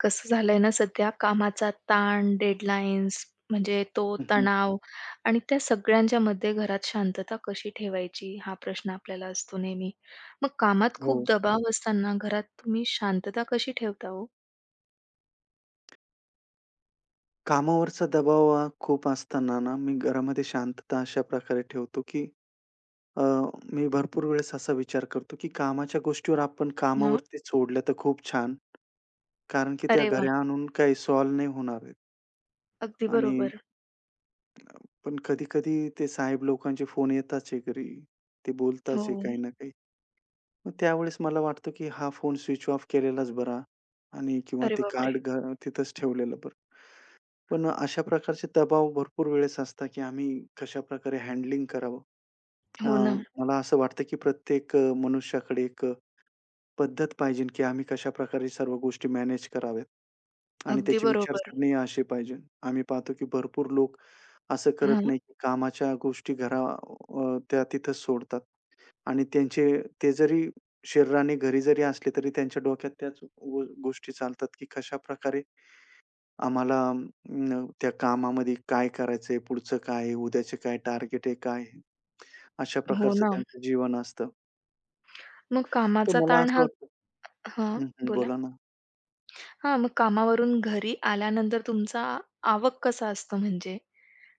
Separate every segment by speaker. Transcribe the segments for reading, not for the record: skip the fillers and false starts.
Speaker 1: कसं झालंय ना सध्या कामाचा ताण, डेडलाईन्स म्हणजे तो
Speaker 2: हं, हं.
Speaker 1: तणाव आणि त्या सगळ्यांच्या मध्ये घरात शांतता कशी ठेवायची हा प्रश्न आपल्याला असतो नेहमी. मग कामात खूप
Speaker 2: हो.
Speaker 1: दबाव असताना घरात तुम्ही शांतता कशी ठेवता हो?
Speaker 2: कामावरचा दबाव हा खूप असताना ना, मी घरामध्ये शांतता अशा प्रकारे ठेवतो, की अ, मी भरपूर वेळेस असा विचार करतो, की कामाच्या गोष्टीवर आपण
Speaker 1: मग?
Speaker 2: कामावरती सोडल्या तर खूप छान. कारण की त्या
Speaker 1: अरे वा,
Speaker 2: घरी आणून काही सॉल्व्ह नाही होणार आहेत.
Speaker 1: अगदी
Speaker 2: आणि
Speaker 1: बरोबर.
Speaker 2: पण कधी-कधी ते साहेब लोकांचे फोन येताच आहे घरी. ते बोलताच
Speaker 1: हो.
Speaker 2: आहे काही ना काही. मग त्यावेळेस मला वाटतं, की हा फोन स्विच ऑफ केलेलाच बरा आणि किंवा
Speaker 1: अरे
Speaker 2: ते
Speaker 1: बापरे!
Speaker 2: कार्ड घ तिथंच ठेवलेलं बरं. पण अशा प्रकारचे दबाव भरपूर वेळेस असतात, की आम्ही कशाप्रकारे हँडलिंग करावं. अ,
Speaker 1: हो ना.
Speaker 2: मला असं वाटतं, की प्रत्येक मनुष्याकडे एक पद्धत पाहिजे, की आम्ही कशाप्रकारे सर्व गोष्टी मॅनेज कराव्यात आणि
Speaker 1: अगदी
Speaker 2: त्याची
Speaker 1: बरोबर.
Speaker 2: विचारसरणी अशी पाहिजे. आम्ही पाहतो, की भरपूर लोक असं करत
Speaker 1: हां.
Speaker 2: नाही, की कामाच्या गोष्टी त्या तिथंच सोडतात आणि त्यांचे ते जरी शरीराने घरी जरी असले, तरी त्यांच्या डोक्यात त्याच गोष्टी चालतात, की कशाप्रकारे आम्हाला त्या कामामध्ये काय करायचंय, पुढचं काय आहे, उद्याचे काय टार्गेट आहे, काय आहे? अशा
Speaker 1: हो
Speaker 2: प्रकारचं
Speaker 1: ना.
Speaker 2: त्यांचं जीवन असतं.
Speaker 1: मग
Speaker 2: तर
Speaker 1: कामाचा
Speaker 2: मला
Speaker 1: ताण
Speaker 2: असं
Speaker 1: हा
Speaker 2: वाटतं.
Speaker 1: हां,
Speaker 2: हं, हं.
Speaker 1: बोला.
Speaker 2: बोला ना.
Speaker 1: हां, मग कामावरून घरी आल्यानंतर तुमचा आवक कसा असतो म्हणजे?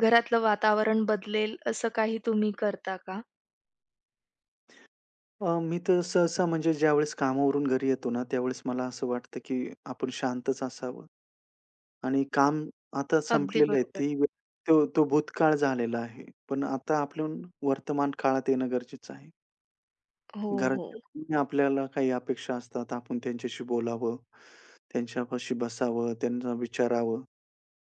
Speaker 1: घरातलं वातावरण बदलेल असं काही तुम्ही करता का?
Speaker 2: मी तर सहसा म्हणजे ज्यावेळेस कामावरून घरी येतो ना, त्यावेळेस मला असं वाटतं, की आपण शांतच असावं आणि काम आता
Speaker 1: अगदी
Speaker 2: संपलेलं आहे.
Speaker 1: बरोबर.
Speaker 2: ती वेळ, तो तो भूतकाळ झालेला आहे. पण आता आपण वर्तमान काळात येणं गरजेचं आहे.
Speaker 1: हो, हो.
Speaker 2: घरच्याकडून आपल्याला काही अपेक्षा असतात. आपण त्यांच्याशी बोलावं, त्यांच्यापाशी बसावं, त्यांना विचारावं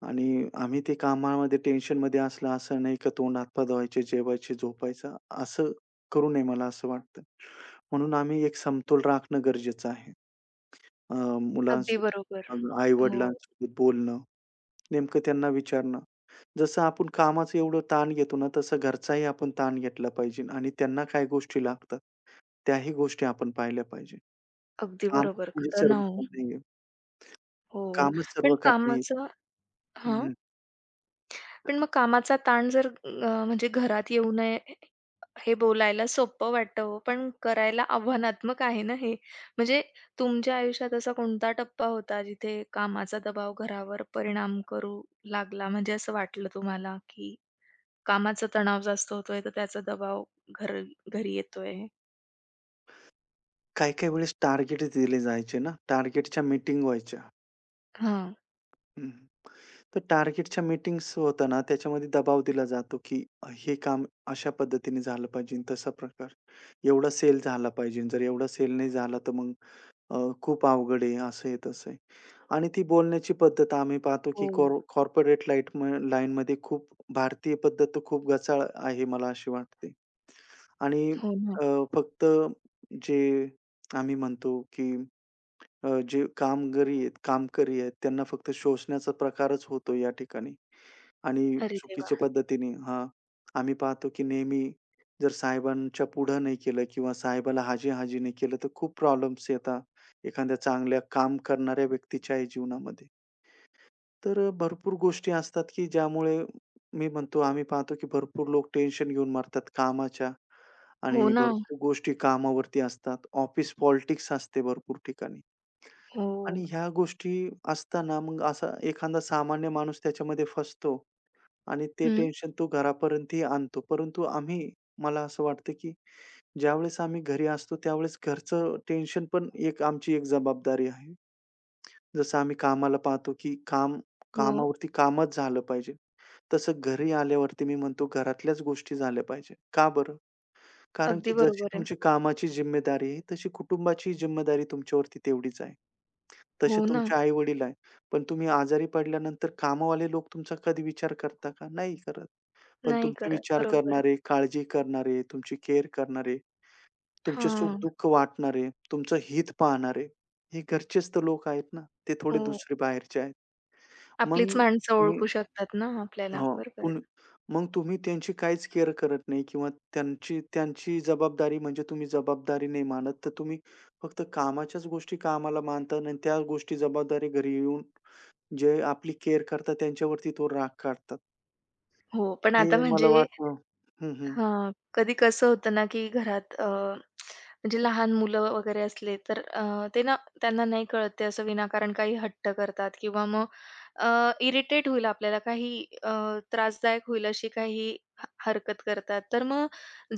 Speaker 2: आणि आम्ही ते कामामध्ये टेन्शनमध्ये असलं असं नाही का तोंड हात-पाय धुवायचे, जेवायचे, झोपायचं असं करू नये मला असं वाटतं. म्हणून आम्ही एक समतोल राखणं गरजेचं आहे. अ,
Speaker 1: अगदी बरोबर.
Speaker 2: मुलांसोबत,
Speaker 1: हो,
Speaker 2: आई-वडिलांसोबत बोलणं, नेमकं त्यांना विचारणं. जसं आपण कामाचं एवढं ताण घेतो ना, तसं घरचाही आपण ताण घेतला पाहिजे आणि त्यांना काय गोष्टी लागतात, त्याही गोष्टी आपण पाहिल्या पाहिजे.
Speaker 1: अगदी
Speaker 2: कामच
Speaker 1: बरोबर.
Speaker 2: म्हणजे
Speaker 1: खरं
Speaker 2: सर्व
Speaker 1: ना हो.
Speaker 2: काही नाहीये.
Speaker 1: हो.
Speaker 2: कामच
Speaker 1: पण
Speaker 2: सर्व काही नाहीये.
Speaker 1: कामाचं
Speaker 2: हं,
Speaker 1: हां.
Speaker 2: हं.
Speaker 1: पण मग कामाचा ताण जर म्हणजे घरात येऊ नये हे बोलायला सोपं वाटतं हो, पण करायला आव्हानात्मक आहे ना हे. म्हणजे तुमच्या आयुष्यात असा कोणता टप्पा होता जिथे कामाचा दबाव घरावर परिणाम करू लागला म्हणजे असं वाटलं तुम्हाला की कामाचा तणाव जास्त होतोय, तर त्याचा दबाव घर घरी येतोय.
Speaker 2: काही-काही वेळेस टार्गेट दिले जायचे ना, टार्गेटच्या मीटिंग व्हायच्या.
Speaker 1: हां.
Speaker 2: हं, हं. तर टार्गेटच्या मीटिंग्स होताना त्याच्यामध्ये दबाव दिला जातो, की हे काम अशा पद्धतीने झालं पाहिजे, तसा प्रकार. एवढा सेल झाला पाहिजे. जर एवढा सेल नाही झाला, तर मग अ, खूप अवघड आहे, असं आहे, तसं आहे. आणि ती बोलण्याची पद्धत आम्ही पाहतो, की
Speaker 1: हो,
Speaker 2: कॉर्पोरेट लाईट लाईनमध्ये खूप भारतीय पद्धत तर खूप गचाळ आहे, मला अशी वाटते. आणि
Speaker 1: हो ना.
Speaker 2: अ, फक्त जे आम्ही म्हणतो, की जे कामगारी आहेत कामकरी आहेत, त्यांना फक्त शोषण्याचा प्रकारच होतो या ठिकाणी. आणि
Speaker 1: अरे देवा!
Speaker 2: चुकीच्या पद्धतीने हां, आम्ही पाहतो की नेहमी जर साहेबांच्या पुढं नाही केलं किंवा साहेबाला हाजी-हाजी नाही केलं, तर खूप प्रॉब्लेम्स येतात एखाद्या चांगल्या काम करणाऱ्या व्यक्तीच्याही जीवनामध्ये. तर भरपूर गोष्टी असतात की ज्यामुळे मी म्हणतो आम्ही पाहतो की भरपूर लोक टेन्शन घेऊन मरतात कामाच्या
Speaker 1: हो
Speaker 2: आणि
Speaker 1: ना.
Speaker 2: भरपूर गोष्टी कामावरती असतात. ऑफिस पॉलिटिक्स असते भरपूर ठिकाणी.
Speaker 1: हो.
Speaker 2: आणि ह्या गोष्टी असताना मग असा एखादा सामान्य माणूस त्याच्यामध्ये फसतो आणि ते
Speaker 1: हं.
Speaker 2: टेन्शन तो घरापर्यंतही आणतो. परंतु आम्ही, मला असं वाटतं, की ज्यावेळेस आम्ही घरी असतो त्यावेळेस घरचं टेन्शन पण एक आमची एक जबाबदारी आहे. जसं आम्ही कामाला पाहतो, की काम
Speaker 1: हो.
Speaker 2: कामावरती कामच झालं पाहिजे. तसं घरी आल्यावरती मी म्हणतो घरातल्याच गोष्टी झाल्या पाहिजे. का बरं? कारण
Speaker 1: अगदी
Speaker 2: की जशी
Speaker 1: बरोबर आहे.
Speaker 2: तुमची कामाची जिम्मेदारी आहे, तशी कुटुंबाचीही जिम्मेदारी तुमच्यावरती तेवढीच आहे. तसे
Speaker 1: हो ना.
Speaker 2: तुमचे आई-वडील आहे. पण तुम्ही आजारी पडल्यानंतर कामवाले लोक तुमचा कधी विचार करता का? नाही करत. पण
Speaker 1: नाही
Speaker 2: तुमचा
Speaker 1: करत.
Speaker 2: विचार
Speaker 1: बरोबर.
Speaker 2: करणारे, काळजी करणारे, तुमची केअर करणारे, तुमचे
Speaker 1: हां.
Speaker 2: सुख-दुःख वाटणारे, तुमचं हित पाहणारे, हे घरचेच तर लोक आहेत ना. ते थोडे
Speaker 1: हो.
Speaker 2: दुसरे बाहेरचे आहेत. मग
Speaker 1: आपलीच माणसं
Speaker 2: तुम्ही,
Speaker 1: ओळखू शकतात ना आपल्याला.
Speaker 2: हो.
Speaker 1: बरोबर.
Speaker 2: पुन मग तुम्ही त्यांची काहीच केअर करत नाही किंवा त्यांची त्यांची जबाबदारी म्हणजे तुम्ही जबाबदारी नाही मानत. तर तुम्ही फक्त कामाच्याच गोष्टी कामाला मानता आणि त्या गोष्टी जबाबदारी घरी येऊन जे आपली केअर करतात त्यांच्यावरती तो राग काढतात.
Speaker 1: हो, पण
Speaker 2: हे
Speaker 1: आता
Speaker 2: मला
Speaker 1: म्हणजे
Speaker 2: वाटतं. हं, हं.
Speaker 1: हां, कधी कसं होतं ना, की घरात म्हणजे लहान मुलं वगैरे असले, तर ते ना त्यांना नाही कळत ते असं विनाकारण काही हट्ट करतात किंवा मग इरिटेट होईल आपल्याला काही अ, त्रासदायक होईल अशी काही हरकत करतात. तर मग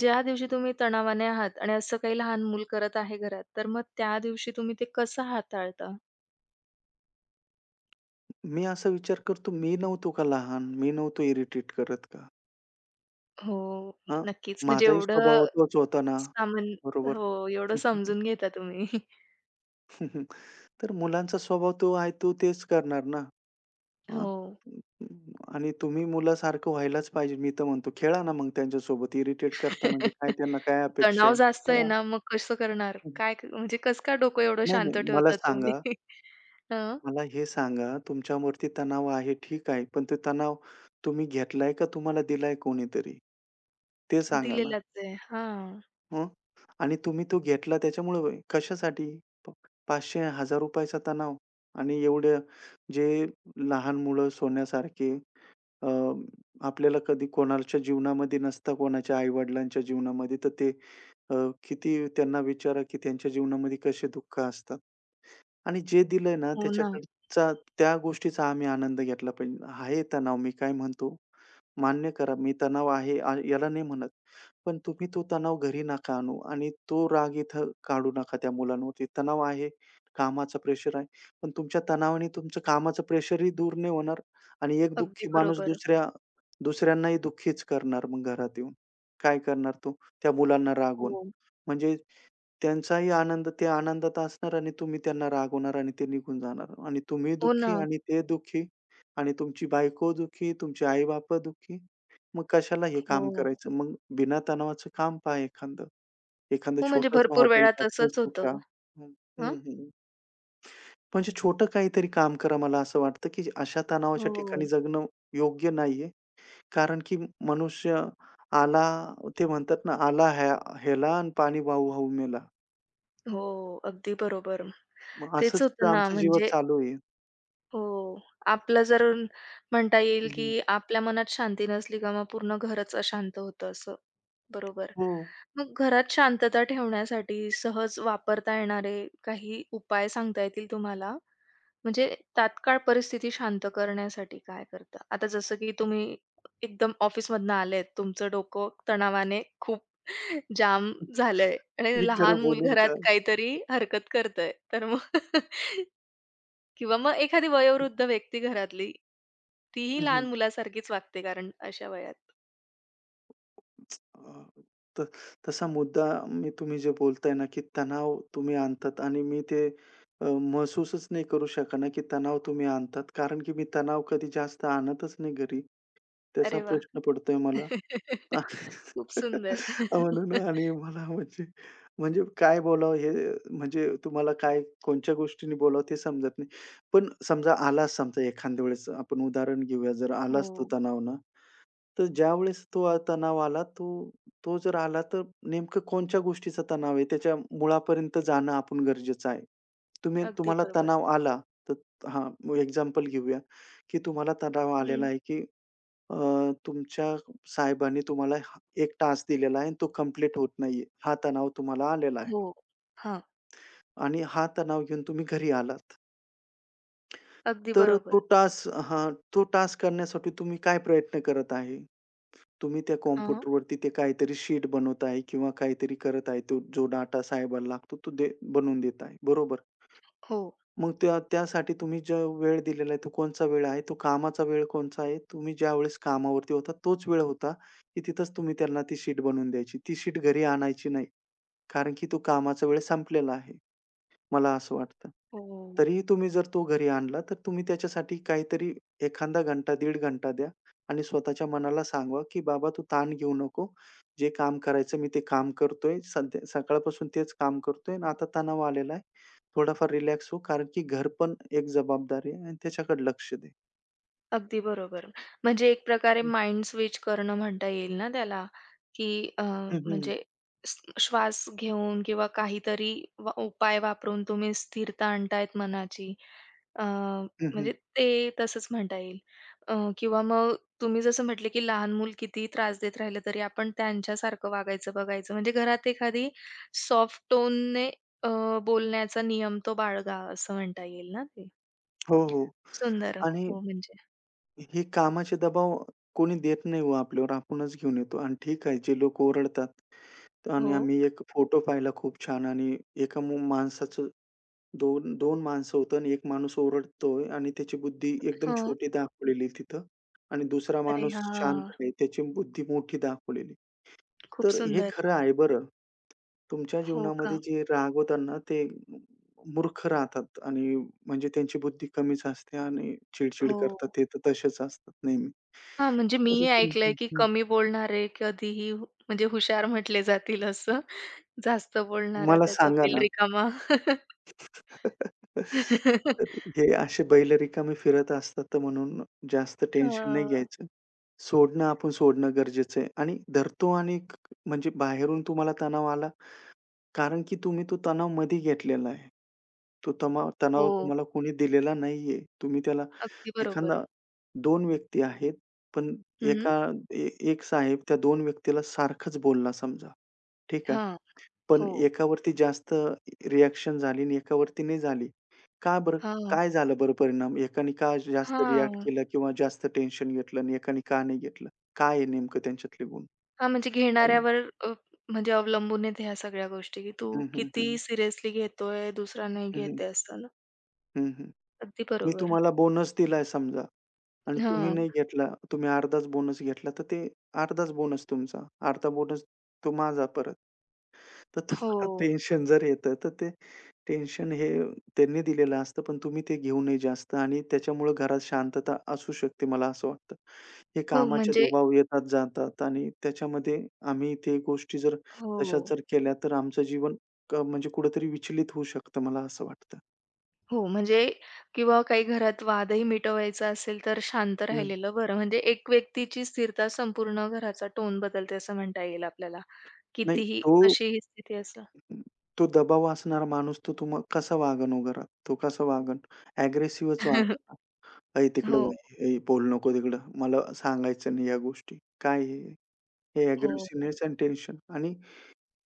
Speaker 1: ज्या दिवशी तुम्ही तणावाने आहात आणि असं काही लहान मूल करत आहे घरात, तर मग त्या दिवशी तुम्ही ते कसं हाताळता?
Speaker 2: मी असा विचार करतो, मी नव्हतो का लहान? मी नव्हतो इरिटेट करत का?
Speaker 1: हो,
Speaker 2: हां,
Speaker 1: नक्कीच. म्हणजे
Speaker 2: माझाही
Speaker 1: एवढं
Speaker 2: स्वभाव तोच होता ना,
Speaker 1: सामान
Speaker 2: बरोबर?
Speaker 1: हो, एवढं समजून घेता तुम्ही.
Speaker 2: तर मुलांचा स्वभाव तो आहे, तो तेच करणार ना. हां.
Speaker 1: हो.
Speaker 2: आणि तुम्ही मुलासारखं व्हायलाच पाहिजे. मी तर म्हणतो, खेळा ना मग त्यांच्यासोबत. इरिटेट करता म्हणजे काय? त्यांना काय अपेक्षा
Speaker 1: तणाव
Speaker 2: आहे?
Speaker 1: जास्त आहे
Speaker 2: खेळा.
Speaker 1: ना, मग कसं करणार? म्हणजे कसं काय डोकं एवढं
Speaker 2: नाही, नाही.
Speaker 1: शांत
Speaker 2: मला
Speaker 1: ठेवतात
Speaker 2: सांगा,
Speaker 1: तुम्ही? हं,
Speaker 2: मला हे सांगा, तुमच्यावरती तणाव आहे ठीक आहे. पण तो तणाव तुम्ही घेतलाय का तुम्हाला दिलाय कोणीतरी? ते सांगा ना.
Speaker 1: दिलेलाच आहे. हां.
Speaker 2: हं. आणि तुम्ही तो घेतला त्याच्यामुळं होय. कशासाठी? प ₹500, ₹1000 तणाव आणि एवढ्या जे लहान मुलं सोन्यासारखे, अ, आपल्याला कधी कोणाच्या जीवनामध्ये नसता, कोणाच्या आई-वडिलांच्या जीवनामध्ये. तर ते अ, किती त्यांना विचारा, की त्यांच्या जीवनामध्ये कसे दुःख असतात. आणि जे दिलंय ना, हं,
Speaker 1: हो ना,
Speaker 2: त्याच्याकडचा त्या गोष्टीचा आम्ही आनंद घेतला पाहिजे. आहे तणाव, मी काय म्हणतो, मान्य करा, मी तणाव आहे याला नाही म्हणत. पण तुम्ही तो तणाव घरी नका आणू आणि तो राग इथं काढू नका त्या मुलांवरती. तणाव आहे, कामाचं प्रेशर आहे, पण तुमच्या तणावाने तुमचं कामाचं प्रेशरही दूर नाही होणार आणि एक
Speaker 1: अगदी
Speaker 2: दुःखी माणूस
Speaker 1: बरोबर.
Speaker 2: दुसऱ्यांनाही दुःखीच करणार मग घरात येऊन. काय करणार तो त्या मुलांना रागवून.
Speaker 1: हो.
Speaker 2: म्हणजे त्यांचाही आनंद ते आनंदात असणार आणि तुम्ही त्यांना रागवणार आणि ते निघून जाणार आणि तुम्ही
Speaker 1: हो ना.
Speaker 2: दुःखी आणि ते दुःखी आणि तुमची बायको दुःखी, तुमचे आई-बाप दुःखी. मग कशाला हे काम
Speaker 1: हो.
Speaker 2: करायचं? मग बिना तणावाचं काम पहा एखादं. एखादं
Speaker 1: हो, म्हणजे
Speaker 2: छोटंसं
Speaker 1: भरपूर
Speaker 2: हॉटेल
Speaker 1: वेळा
Speaker 2: टाकून
Speaker 1: तसंच होतं.
Speaker 2: सुद्धा हं, हं,
Speaker 1: हं.
Speaker 2: हं. म्हणजे छोटं काहीतरी काम करा. मला असं वाटतं, की अशा तणावाच्या
Speaker 1: हो,
Speaker 2: ठिकाणी जगणं योग्य नाहीये. कारण की मनुष्य आला, ते म्हणतात ना, आला ह्याला आणि पाणी वाहू वाहू मेला.
Speaker 1: हो. अगदी बरोबर.
Speaker 2: मग
Speaker 1: तेच
Speaker 2: असंच तर
Speaker 1: होतं ना
Speaker 2: आमचं जीवन
Speaker 1: म्हणजे
Speaker 2: चालू आहे.
Speaker 1: हो. आपलं जर म्हणता येईल,
Speaker 2: हं, हं.
Speaker 1: की आपल्या मनात शांती नसली का मग पूर्ण घरच अशांत होतं असं. बरोबर.
Speaker 2: हो.
Speaker 1: मग घरात शांतता ठेवण्यासाठी सहज वापरता येणारे काही उपाय सांगता येतील तुम्हाला? म्हणजे तात्काळ परिस्थिती शांत करण्यासाठी काय करता? आता जसं की तुम्ही एकदम ऑफिसमधनं आलेत, तुमचं डोकं तणावाने खूप जाम झालंय
Speaker 2: मी
Speaker 1: आणि
Speaker 2: खरं
Speaker 1: लहान मूल
Speaker 2: बोलू
Speaker 1: घरात
Speaker 2: का?
Speaker 1: काहीतरी हरकत करतंय. तर मग किंवा मग एखादी वयोवृद्ध व्यक्ती घरातली, तीही
Speaker 2: हं,
Speaker 1: लहान
Speaker 2: हं.
Speaker 1: मुलासारखीच वागते कारण अशा वयात.
Speaker 2: अ, त तसा मुद्दा, मी तुम्ही जे बोलताय ना, की तणाव तुम्ही आणतात आणि मी ते अ, महसूसच नाही करू शकणार, की तणाव तुम्ही आणतात. कारण की मी तणाव कधी जास्त आणतच नाही घरी. त्याचा
Speaker 1: अरे वा,
Speaker 2: प्रश्न पडतोय मला.
Speaker 1: खूप सुंदर.
Speaker 2: म्हणून आणि मला म्हणजे, म्हणजे काय बोलावं हे, म्हणजे तुम्हाला काय कोणत्या गोष्टीने बोलावं ते समजत नाही. पण समजा एखाद्या वेळेस आपण उदाहरण घेऊया. जर आलाच तो
Speaker 1: हो,
Speaker 2: तणाव ना, तर ज्यावेळेस तो तणाव आला, तो तो जर आला, तर नेमकं कोणत्या गोष्टीचा तणाव आहे? त्याच्या मुळापर्यंत जाणं आपण गरजेचं आहे. तुम्ही,
Speaker 1: अगदी
Speaker 2: तुम्हाला
Speaker 1: बरोबर.
Speaker 2: तणाव आला, तर हां, मग एक्झाम्पल घेऊया, की तुम्हाला तणाव आलेला
Speaker 1: हं.
Speaker 2: आहे, की अ, तुमच्या साहेबांनी तुम्हाला हा एक टास्क दिलेला आहे आणि तो कंप्लीट होत नाहीये. हा तणाव तुम्हाला आलेला आहे
Speaker 1: हो. हां,
Speaker 2: आणि हा तणाव घेऊन तुम्ही घरी आलात.
Speaker 1: अगदी
Speaker 2: तर तो
Speaker 1: बरोबर.
Speaker 2: टास्क हां, तो टास्क करण्यासाठी तुम्ही काय प्रयत्न करत आहे? तुम्ही त्या
Speaker 1: हां.
Speaker 2: कॉम्प्युटरवरती ते काहीतरी शीट बनवत आहे किंवा काहीतरी करत आहे. तो जो डाटा साहेबाला लागतो तो बनवून देत आहे. बरोबर.
Speaker 1: हो.
Speaker 2: मग त्या त्यासाठी तुम्ही जो वेळ दिलेला आहे, तो कोणचा वेळ आहे? तो कामाचा वेळ कोणचा आहे? तुम्ही ज्यावेळेस कामावरती होता तोच वेळ होता, की तिथंच तुम्ही त्यांना ती शीट बनवून द्यायची. ती शीट घरी आणायची नाही. कारण की तो कामाचा वेळ संपलेला आहे. मला असं वाटतं.
Speaker 1: हो.
Speaker 2: तरीही तुम्ही जर तो घरी आणला, तर तुम्ही त्याच्यासाठी काहीतरी एखादा घंटा, दीड घंटा द्या आणि स्वतःच्या मनाला सांगवा, की "बाबा तू ताण घेऊ नको. जे काम करायचं मी ते काम करतोय. सध्या सकाळपासून तेच काम करतोय आणि आता तणाव आलेला आहे. थोडाफार रिलॅक्स हो, कारण की घर पण एक जबाबदारी आहे आणि त्याच्याकडे लक्ष दे."
Speaker 1: अगदी बरोबर. म्हणजे एक प्रकारे
Speaker 2: हं.
Speaker 1: माइंड स्विच करणं म्हणता येईल ना त्याला, की
Speaker 2: हं, हं.
Speaker 1: म्हणजे श्वास घेऊन किंवा काहीतरी उपाय वापरून तुम्ही स्थिरता आणतायत मनाची. अ,
Speaker 2: हं,
Speaker 1: म्हणजे ते तसंच म्हणता येईल. किंवा मग तुम्ही जसं म्हटले, की लहान मूल कितीही त्रास देत राहिलं तरी आपण त्यांच्यासारखं वागायचं बघायचं. म्हणजे घरात एखादी सॉफ्ट टोनने बोलण्याचा नियम तो बाळगा असं म्हणता येईल ना ते.
Speaker 2: हो, हो.
Speaker 1: सुंदर.
Speaker 2: आणि
Speaker 1: हो म्हणजे.
Speaker 2: हे कामाचे दबाव कोणी देत नाही हो आपल्यावर, आपणच घेऊन येतो. आणि ठीक आहे, जे लोक ओरडतात आणि
Speaker 1: हो.
Speaker 2: आम्ही एक फोटो पाहिला खूप छान आणि एका माणसाचं 2 2 माणसं होतं आणि 1 माणूस ओरडतोय आणि त्याची बुद्धी एकदम
Speaker 1: हो.
Speaker 2: छोटी दाखवलेली तिथं आणि दुसरा
Speaker 1: अरे
Speaker 2: माणूस
Speaker 1: हां!
Speaker 2: शांत आहे, त्याची बुद्धी मोठी दाखवलेली.
Speaker 1: खूप
Speaker 2: तर हे
Speaker 1: सुंदर.
Speaker 2: खरं आहे बरं. तुमच्या
Speaker 1: हो
Speaker 2: जीवनामध्ये
Speaker 1: का?
Speaker 2: जे रागवतात ते मूर्ख राहतात आणि म्हणजे त्यांची बुद्धी कमीच असते आणि चिड-चिड करतात.
Speaker 1: हो.
Speaker 2: ते तर तसेच असतात नेहमी.
Speaker 1: हां, म्हणजे
Speaker 2: तर
Speaker 1: मीही ऐकलंय
Speaker 2: तुमचं
Speaker 1: की
Speaker 2: हं,
Speaker 1: कमी बोलणारे कधीही म्हणजे हुशार म्हटले जातील असं. जास्त बोलणारा
Speaker 2: मला
Speaker 1: त्याचा
Speaker 2: सांगा
Speaker 1: बैल
Speaker 2: ना,
Speaker 1: रिकामा.
Speaker 2: तर हे असे बैल रिकामे फिरत असतात, तर म्हणून जास्त टेन्शन नाही
Speaker 1: हां.
Speaker 2: घ्यायचं. सोडणं गरजेचं आहे आणि धरतो आणि म्हणजे बाहेरून तुम्हाला तणाव आला, कारण की तुम्ही तो तणाव मध्ये घेतलेला आहे. तो तमाव
Speaker 1: हो.
Speaker 2: तणाव तुम्हाला कोणी दिलेला नाहीये. तुम्ही त्याला
Speaker 1: अगदी बरोबर.
Speaker 2: एखादा, 2 व्यक्ती आहेत, पण
Speaker 1: हं.
Speaker 2: एका एक साहेब त्या 2 व्यक्तीला सारखंच बोलला समजा. ठीक आहे.
Speaker 1: हां.
Speaker 2: पण
Speaker 1: हो.
Speaker 2: एकावरती जास्त रिएक्शन झाली आणि एकावरती नाही झाली. का बरं?
Speaker 1: हां.
Speaker 2: काय झालं बरं परिणाम? एकाने का जास्त रिएक्ट
Speaker 1: हां.
Speaker 2: केलं किंवा जास्त टेन्शन घेतलं आणि एकाने का नाही घेतलं? काय आहे नेमकं त्यांच्यातले गुण?
Speaker 1: हां, म्हणजे घेणाऱ्यावर अ, म्हणजे अवलंबून आहेत ह्या सगळ्या गोष्टी, की तू
Speaker 2: हं, हं, हं,
Speaker 1: किती
Speaker 2: हं.
Speaker 1: सिरियसली घेतोय, दुसरा नाही
Speaker 2: हं,
Speaker 1: घेत
Speaker 2: हं.
Speaker 1: आहे अगदी
Speaker 2: मी
Speaker 1: बरोबर.
Speaker 2: तुम्हाला बोनस दिलाय समजा आणि तुम्ही
Speaker 1: हां.
Speaker 2: नाही घेतला, तुम्ही अर्धाच बोनस घेतला, तर ते अर्धाच बोनस तुमचा, अर्धा बोनस तो माझा परत. तर तुम्हाला
Speaker 1: हो.
Speaker 2: टेन्शन जर येतं, तर ते टेन्शन हे त्यांनी दिलेलं असतं, पण तुम्ही ते घेऊ नये जास्त आणि त्याच्यामुळं घरात शांतता असू शकते, मला असं वाटतं. हे
Speaker 1: हो,
Speaker 2: कामाचे
Speaker 1: म्हणजे
Speaker 2: दबाव येतात, जातात आणि त्याच्यामध्ये आम्ही ते गोष्टी जर
Speaker 1: हो.
Speaker 2: तशाच केल्या, तर आमचं जीवन म्हणजे कुठेतरी विचलित होऊ शकतं, मला असं वाटतं.
Speaker 1: हो, म्हणजे किंवा काही घरात वादही मिटवायचा असेल, तर शांत
Speaker 2: हं.
Speaker 1: राहिलेलं बरं. म्हणजे एक व्यक्तीची स्थिरता संपूर्ण घराचा टोन बदलते असं म्हणता येईल आपल्याला.
Speaker 2: नाही,
Speaker 1: कितीही
Speaker 2: तो
Speaker 1: कशीही स्थिती असो.
Speaker 2: तो दबाव असणारा माणूस तो तुम्हा कसा वागेल हो घरात? तो कसा वागेल? अग्रेसिव्हच वागेल ना. "ऐ तिकडं
Speaker 1: हो,
Speaker 2: हं. वळ, ऐ बोलू नको तिकडं. मला सांगायचं नाही या गोष्टी." काय हे? हे
Speaker 1: हो.
Speaker 2: अग्रेसिव्हनेस आणि टेन्शन आणि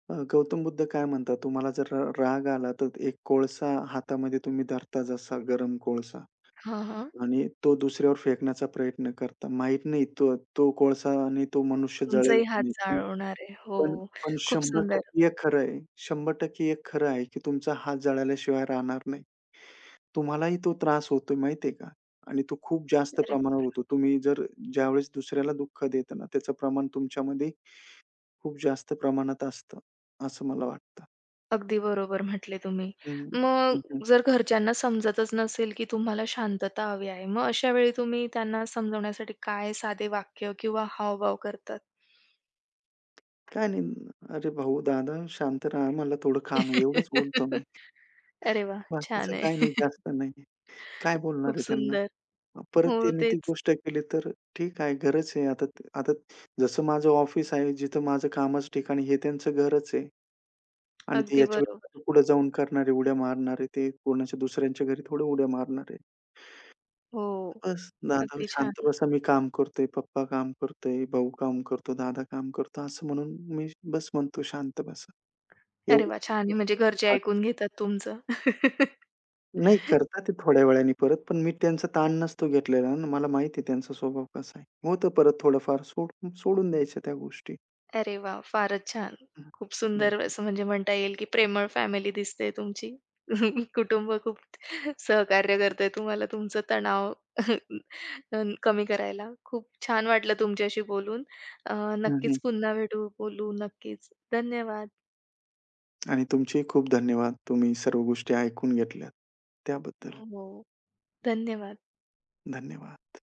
Speaker 2: गौतम बुद्ध काय म्हणतात, तुम्हाला जर राग आला, तर एक कोळसा हातामध्ये तुम्ही धरता जसा गरम कोळसा
Speaker 1: हां, हां.
Speaker 2: आणि तो दुसऱ्यावर फेकण्याचा प्रयत्न करता. माहीत नाही तो तो कोळसा आणि तो मनुष्य जळेल
Speaker 1: तुमचाही
Speaker 2: की
Speaker 1: हात
Speaker 2: नाही. पण
Speaker 1: चाळवणार आहे. हो,
Speaker 2: पण पण
Speaker 1: खूप सुंदर.
Speaker 2: 100% हे खरं आहे. 100% हे खरं आहे, की तुमचा हात जळाल्याशिवाय राहणार नाही. तुम्हालाही तो त्रास होतो माहिती आहे का? आणि तो खूप जास्त
Speaker 1: अरे
Speaker 2: प्रमाणावर
Speaker 1: बापरे!
Speaker 2: होतो. तुम्ही जर ज्यावेळेस दुसऱ्याला दुःख देता ना, त्याचं प्रमाण तुमच्यामध्ये खूप जास्त प्रमाणात असतं, असं मला वाटतं.
Speaker 1: अगदी बरोबर म्हटले तुम्ही.
Speaker 2: हं, हं,
Speaker 1: मग जर घरच्यांना समजतच नसेल, की तुम्हाला शांतता हवी आहे, मग अशा वेळी तुम्ही त्यांना समजवण्यासाठी काय साधे वाक्य किंवा हावभाव करतात?
Speaker 2: काय नाही. अरे भाऊ, दादा शांत राहा. मला थोडं काम आहे. एवढंच बोलतो मी.
Speaker 1: अरे वा, छान
Speaker 2: बाकीचं काही
Speaker 1: आहे.
Speaker 2: नाही, जास्त नाही. काय बोलणार
Speaker 1: खूप
Speaker 2: आहे त्यांना?
Speaker 1: सुंदर.
Speaker 2: परत
Speaker 1: हो,
Speaker 2: त्यांनी ती
Speaker 1: तेच.
Speaker 2: गोष्ट केली तर ठीक आहे, घरच आहे. आता आता जसं माझं ऑफिस आहे, जिथं माझं कामाचं ठिकाण आहे, हे त्यांचं घरच आहे आणि ते
Speaker 1: अगदी
Speaker 2: याच्या
Speaker 1: बरोबर.
Speaker 2: पुढे जाऊन करणारे, उड्या मारणारे, ते कोणाच्या दुसऱ्यांच्या घरी थोडे उड्या मारणार,
Speaker 1: हो,
Speaker 2: बस दादा
Speaker 1: अगदी छान.
Speaker 2: शांत बसा, मी काम करतोय, पप्पा काम करतोय, भाऊ काम करतो, दादा काम करतो, असं म्हणून मी बस म्हणतो शांत बसा.
Speaker 1: अरे वा,
Speaker 2: एवढीच
Speaker 1: छान आहे म्हणजे
Speaker 2: रिक्वेस्ट
Speaker 1: घरचे
Speaker 2: करतो.
Speaker 1: ऐकून घेतात तुमचं.
Speaker 2: नाही करतात ते थोड्या वेळाने परत, पण मी त्यांचा ताण नसतो घेतलेला ना. मला माहिती आहे त्यांचा स्वभाव कसा आहे. होतं परत थोडंफार सोडून द्यायच्या त्या गोष्टी.
Speaker 1: अरे वाह! फारच छान.
Speaker 2: हं,
Speaker 1: खूप सुंदर असं म्हणजे म्हणता येईल, की प्रेमळ फॅमिली दिसते तुमची. कुटुंब खूप सहकार्य करतंय तुम्हाला तुमचा तणाव अ, कमी करायला. खूप छान वाटलं तुमच्याशी बोलून.
Speaker 2: हं, हं,
Speaker 1: नक्कीच
Speaker 2: हं.
Speaker 1: पुन्हा भेटू, बोलू नक्कीच. धन्यवाद.
Speaker 2: आणि तुमचेही खूप धन्यवाद. तुम्ही सर्व गोष्टी ऐकून घेतल्यात. त्याबद्दल
Speaker 1: हो. धन्यवाद.
Speaker 2: धन्यवाद.